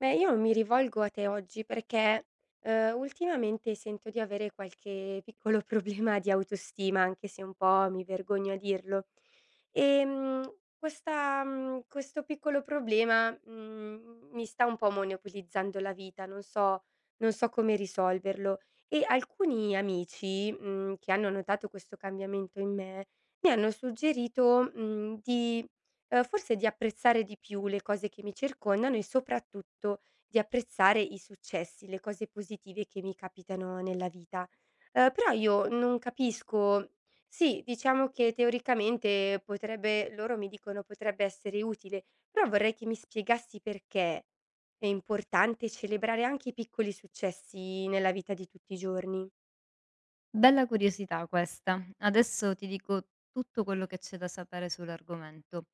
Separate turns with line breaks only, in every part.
Beh, io mi rivolgo a te oggi perché, ultimamente sento di avere qualche piccolo problema di autostima, anche se un po' mi vergogno a dirlo. Questo piccolo problema, mi sta un po' monopolizzando la vita, non so come risolverlo. E alcuni amici, che hanno notato questo cambiamento in me, mi hanno suggerito, mhmm, di forse di apprezzare di più le cose che mi circondano e soprattutto di apprezzare i successi, le cose positive che mi capitano nella vita. Però io non capisco sì, diciamo che teoricamente potrebbe loro mi dicono potrebbe essere utile, però vorrei che mi spiegassi perché è importante celebrare anche i piccoli successi nella vita di tutti i giorni.
Bella curiosità questa. Adesso ti dico tutto quello che c'è da sapere sull'argomento.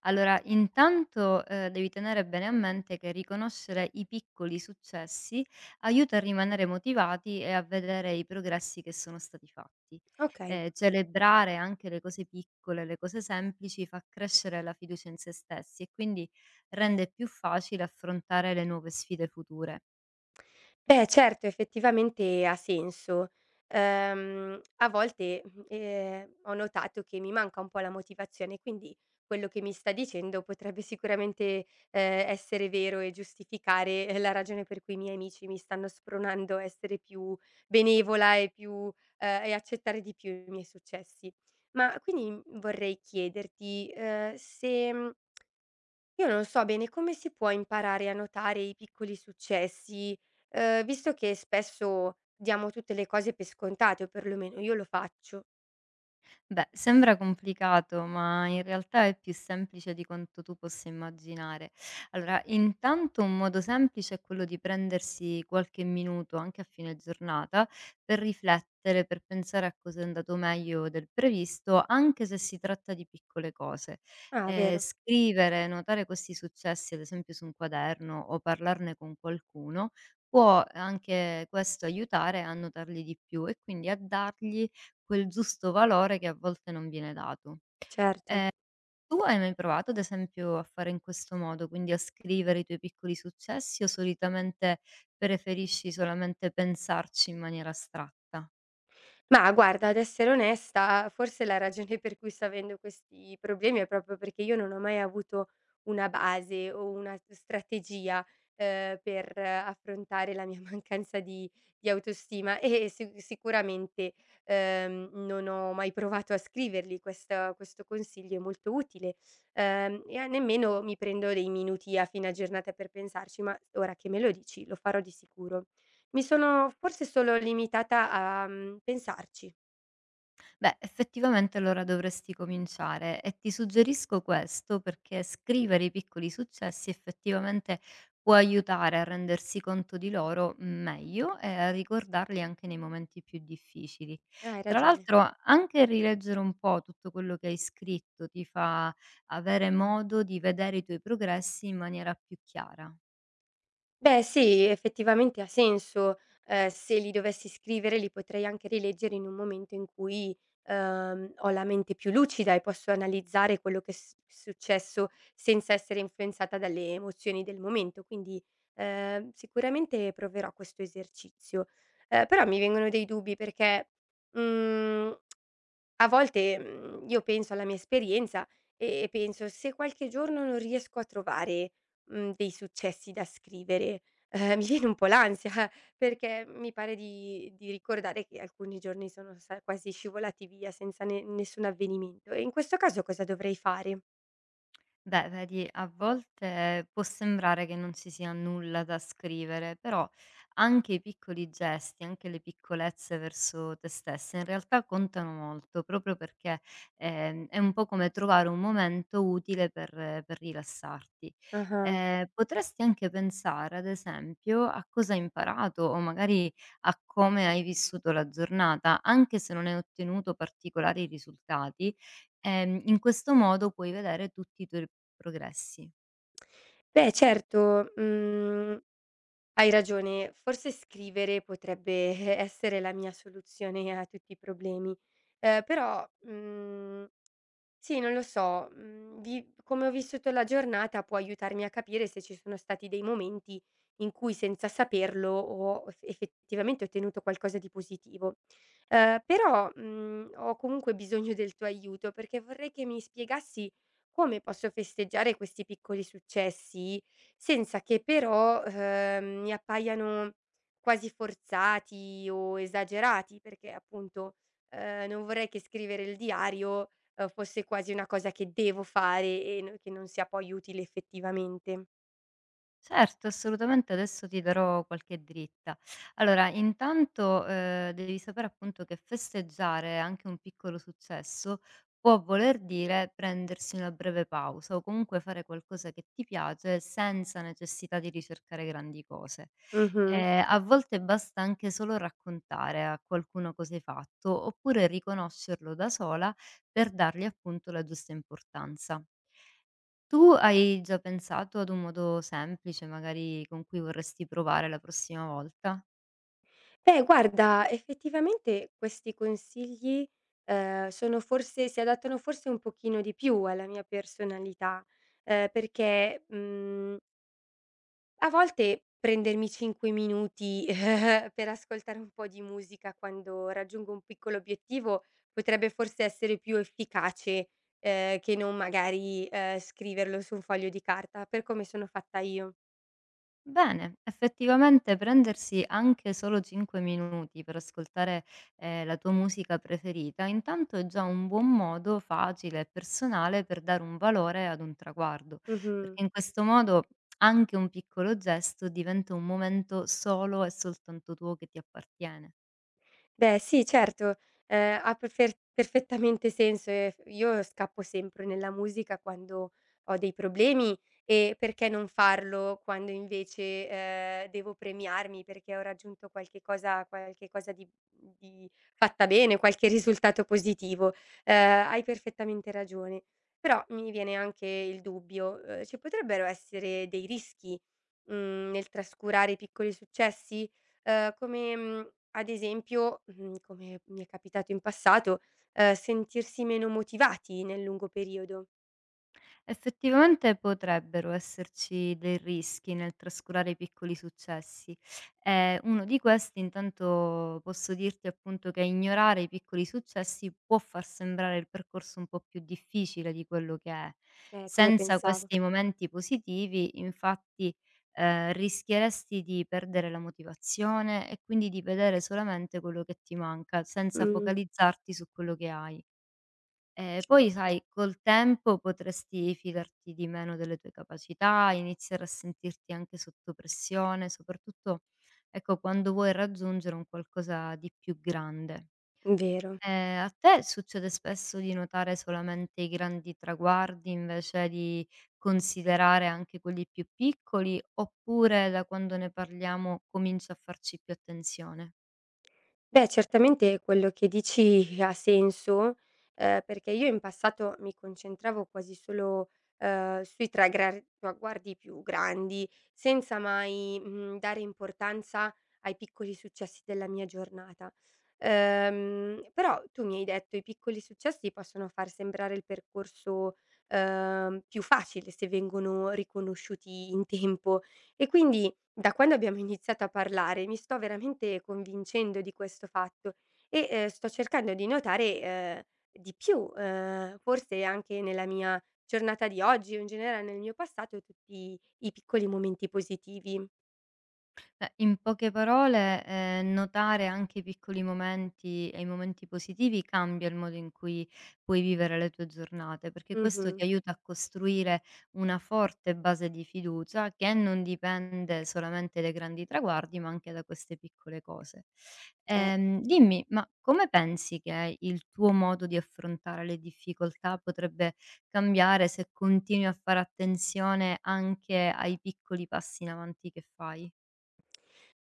Allora, intanto, devi tenere bene a mente che riconoscere i piccoli successi aiuta a rimanere motivati e a vedere i progressi che sono stati fatti.
Okay.
Celebrare anche le cose piccole, le cose semplici fa crescere la fiducia in se stessi e quindi rende più facile affrontare le nuove sfide future.
Beh, certo, effettivamente ha senso. Ho notato che mi manca un po' la motivazione, quindi quello che mi sta dicendo potrebbe sicuramente, essere vero e giustificare, la ragione per cui i miei amici mi stanno spronando a essere più benevola e più e accettare di più i miei successi. Ma quindi, vorrei chiederti, se, mhmm io non so bene come si può imparare a notare i piccoli successi, visto che spesso diamo tutte le cose per scontate, o perlomeno io lo faccio.
Beh, sembra complicato, ma in realtà è più semplice di quanto tu possa immaginare. Allora, intanto un modo semplice è quello di prendersi qualche minuto, anche a fine giornata, per riflettere, per pensare a cosa è andato meglio del previsto, anche se si tratta di piccole cose.
Ah, vero,
Scrivere, notare questi successi, ad esempio su un quaderno o parlarne con qualcuno, può anche questo aiutare a notarli di più e quindi a dargli quel giusto valore che a volte non viene dato.
certo.
Tu hai mai provato, ad esempio, a fare in questo modo, quindi a scrivere i tuoi piccoli successi o solitamente preferisci solamente pensarci in maniera astratta?
Ma guarda, ad essere onesta, forse la ragione per cui sto avendo questi problemi è proprio perché io non ho mai avuto una base o una strategia, per affrontare la mia mancanza di autostima e si sicuramente, non ho mai provato a scriverli. Questa Questo consiglio è molto utile, e a nemmeno mi prendo dei minuti a fine giornata per pensarci, ma ora che me lo dici lo farò di sicuro. Mi sono forse solo limitata a, pensarci.
Beh, effettivamente allora dovresti cominciare e ti suggerisco questo perché scrivere i piccoli successi effettivamente può aiutare a rendersi conto di loro meglio e a ricordarli anche nei momenti più difficili.
Ah, hai
Tra
ragione.
l'altro, anche rileggere un po' tutto quello che hai scritto ti fa avere modo di vedere i tuoi progressi in maniera più chiara.
Beh sì, effettivamente ha senso. Se li dovessi scrivere li potrei anche rileggere in un momento in cui, ho la mente più lucida e posso analizzare quello che è s successo senza essere influenzata dalle emozioni del momento. Quindi, sicuramente proverò questo esercizio. Però mi vengono dei dubbi perché, mhmm a volte, io penso alla mia esperienza e penso: "Se qualche giorno non riesco a trovare, dei successi da scrivere", mi viene un po' l'ansia perché mi pare di ricordare che alcuni giorni sono sa quasi scivolati via senza ne nessun avvenimento. E in questo caso cosa dovrei fare?
Beh, vedi, a volte può sembrare che non ci sia nulla da scrivere, però anche i piccoli gesti, anche le piccolezze verso te stessa, in realtà contano molto, proprio perché è un po' come trovare un momento utile per rilassarti.
Ah-ah.
Potresti anche pensare, ad esempio, a cosa hai imparato o magari a come hai vissuto la giornata, anche se non hai ottenuto particolari risultati. In questo modo puoi vedere tutti i tuoi progressi.
Beh certo, hai ragione, forse scrivere potrebbe essere la mia soluzione a tutti i problemi, però, mhmm sì, non lo so, mhmm, vi come ho vissuto la giornata può aiutarmi a capire se ci sono stati dei momenti in cui senza saperlo ho effettivamente ottenuto qualcosa di positivo. Però, ho comunque bisogno del tuo aiuto perché vorrei che mi spiegassi come posso festeggiare questi piccoli successi senza che però, mi appaiano quasi forzati o esagerati, perché appunto, non vorrei che scrivere il diario fosse quasi una cosa che devo fare e n che non sia poi utile effettivamente.
Certo, assolutamente, adesso ti darò qualche dritta. Allora, intanto, devi sapere appunto che festeggiare anche un piccolo successo può voler dire prendersi una breve pausa o comunque fare qualcosa che ti piace senza necessità di ricercare grandi cose.
Mh-mh.
A volte basta anche solo raccontare a qualcuno cosa hai fatto, oppure riconoscerlo da sola per dargli appunto la giusta importanza. Tu hai già pensato ad un modo semplice, magari con cui vorresti provare la prossima volta?
Beh guarda, effettivamente questi consigli, sono forse si adattano forse un pochino di più alla mia personalità, perché, mhmm a volte prendermi 5 minuti per ascoltare un po' di musica quando raggiungo un piccolo obiettivo potrebbe forse essere più efficace, che non magari, scriverlo su un foglio di carta, per come sono fatta io.
Bene, effettivamente prendersi anche solo 5 minuti per ascoltare la tua musica preferita, intanto è già un buon modo facile e personale per dare un valore ad un traguardo,
Mh-mh.
perché in questo modo anche un piccolo gesto diventa un momento solo e soltanto tuo che ti appartiene.
Beh sì, certo, ha perfer perfettamente senso e f io scappo sempre nella musica quando ho dei problemi e perché non farlo quando invece, devo premiarmi perché ho raggiunto qualche cosa di fatta bene, qualche risultato positivo. Hai perfettamente ragione. Però mi viene anche il dubbio, ci potrebbero essere dei rischi, nel trascurare i piccoli successi? Come, ad esempio, come mi è capitato in passato, sentirsi meno motivati nel lungo periodo.
Effettivamente potrebbero esserci dei rischi nel trascurare i piccoli successi. Uno di questi, intanto, posso dirti appunto che ignorare i piccoli successi può far sembrare il percorso un po' più difficile di quello che è.
È come
Senza
pensavo.
questi momenti positivi, infatti, rischieresti di perdere la motivazione e quindi di vedere solamente quello che ti manca, senza
Mh,
focalizzarti su quello che hai. Poi
certo,
sai, col tempo potresti fidarti di meno delle tue capacità, iniziare a sentirti anche sotto pressione, soprattutto, ecco, quando vuoi raggiungere un qualcosa di più grande.
vero.
A te succede spesso di notare solamente i grandi traguardi, invece di considerare anche quelli più piccoli, oppure da quando ne parliamo cominci a farci più attenzione?
Beh, certamente quello che dici ha senso, perché io in passato mi concentravo quasi solo, sui tra gra traguardi più grandi, senza mai, dare importanza ai piccoli successi della mia giornata. Però tu mi hai detto: "I piccoli successi possono far sembrare il percorso, più facile se vengono riconosciuti in tempo." E quindi da quando abbiamo iniziato a parlare mi sto veramente convincendo di questo fatto e, sto cercando di notare, di più, forse anche nella mia giornata di oggi o in generale nel mio passato tutti i piccoli momenti positivi.
Beh, in poche parole, notare anche i piccoli momenti e i momenti positivi cambia il modo in cui puoi vivere le tue giornate, perché questo
Mh-mh,
ti aiuta a costruire una forte base di fiducia che non dipende solamente dai grandi traguardi, ma anche da queste piccole cose.
certo.
Dimmi, ma come pensi che il tuo modo di affrontare le difficoltà potrebbe cambiare se continui a fare attenzione anche ai piccoli passi in avanti che fai?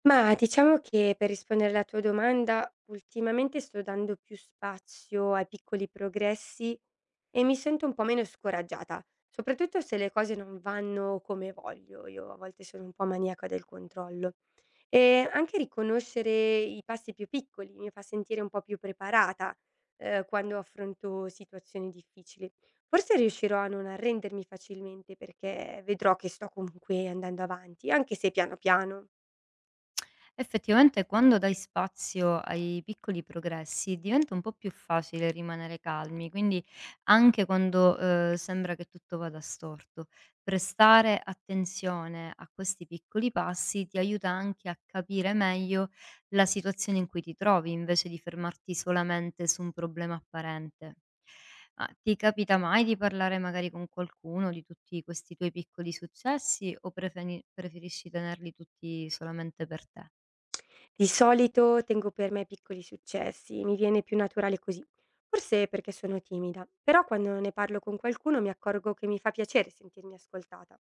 Mah, diciamo che per rispondere alla tua domanda, ultimamente sto dando più spazio ai piccoli progressi e mi sento un po' meno scoraggiata, soprattutto se le cose non vanno come voglio. Io a volte sono un po' maniaca del controllo. E anche riconoscere i passi più piccoli mi fa sentire un po' più preparata, quando affronto situazioni difficili. Forse riuscirò a non arrendermi facilmente perché vedrò che sto comunque andando avanti, anche se piano piano.
Effettivamente, quando dai spazio ai piccoli progressi diventa un po' più facile rimanere calmi, quindi anche quando sembra che tutto vada storto, prestare attenzione a questi piccoli passi ti aiuta anche a capire meglio la situazione in cui ti trovi, invece di fermarti solamente su un problema apparente. Ma ti capita mai di parlare magari con qualcuno di tutti questi tuoi piccoli successi o preferisci tenerli tutti solamente per te?
Di solito tengo per me piccoli successi, mi viene più naturale così. Forse perché sono timida, però quando ne parlo con qualcuno mi accorgo che mi fa piacere sentirmi ascoltata.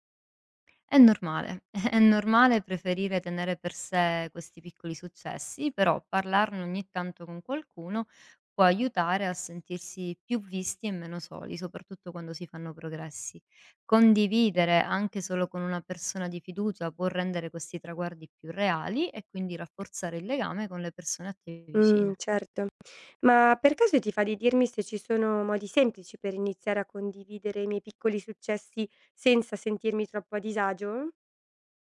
È normale, è normale preferire tenere per sé questi piccoli successi, però parlarne ogni tanto con qualcuno può aiutare a sentirsi più visti e meno soli, soprattutto quando si fanno progressi. Condividere anche solo con una persona di fiducia può rendere questi traguardi più reali e quindi rafforzare il legame con le persone a te
Mm,
vicine.
certo. Ma per caso ti fa di dirmi se ci sono modi semplici per iniziare a condividere i miei piccoli successi senza sentirmi troppo a disagio?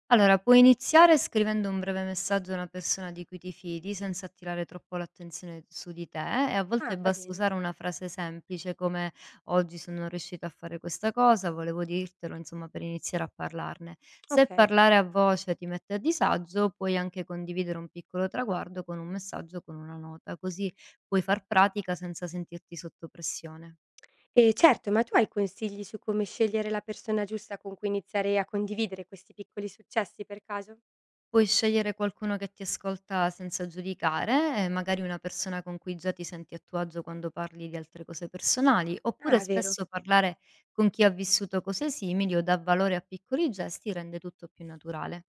Allora, puoi iniziare scrivendo un breve messaggio a una persona di cui ti fidi senza attirare troppo l'attenzione su di te e a
Ah,
volte
va
basta
bene.
usare una frase semplice come: "Oggi sono riuscito a fare questa cosa, volevo dirtelo", insomma, per iniziare a parlarne. Se
Ok.
parlare a voce ti mette a disagio, puoi anche condividere un piccolo traguardo con un messaggio, con una nota, così puoi far pratica senza sentirti sotto pressione.
E certo, ma tu hai consigli su come scegliere la persona giusta con cui iniziare a condividere questi piccoli successi per caso?
Puoi scegliere qualcuno che ti ascolta senza giudicare, magari una persona con cui già ti senti a tuo agio quando parli di altre cose personali, oppure
Ah, vero.
spesso parlare con chi ha vissuto cose simili o dà valore a piccoli gesti rende tutto più naturale.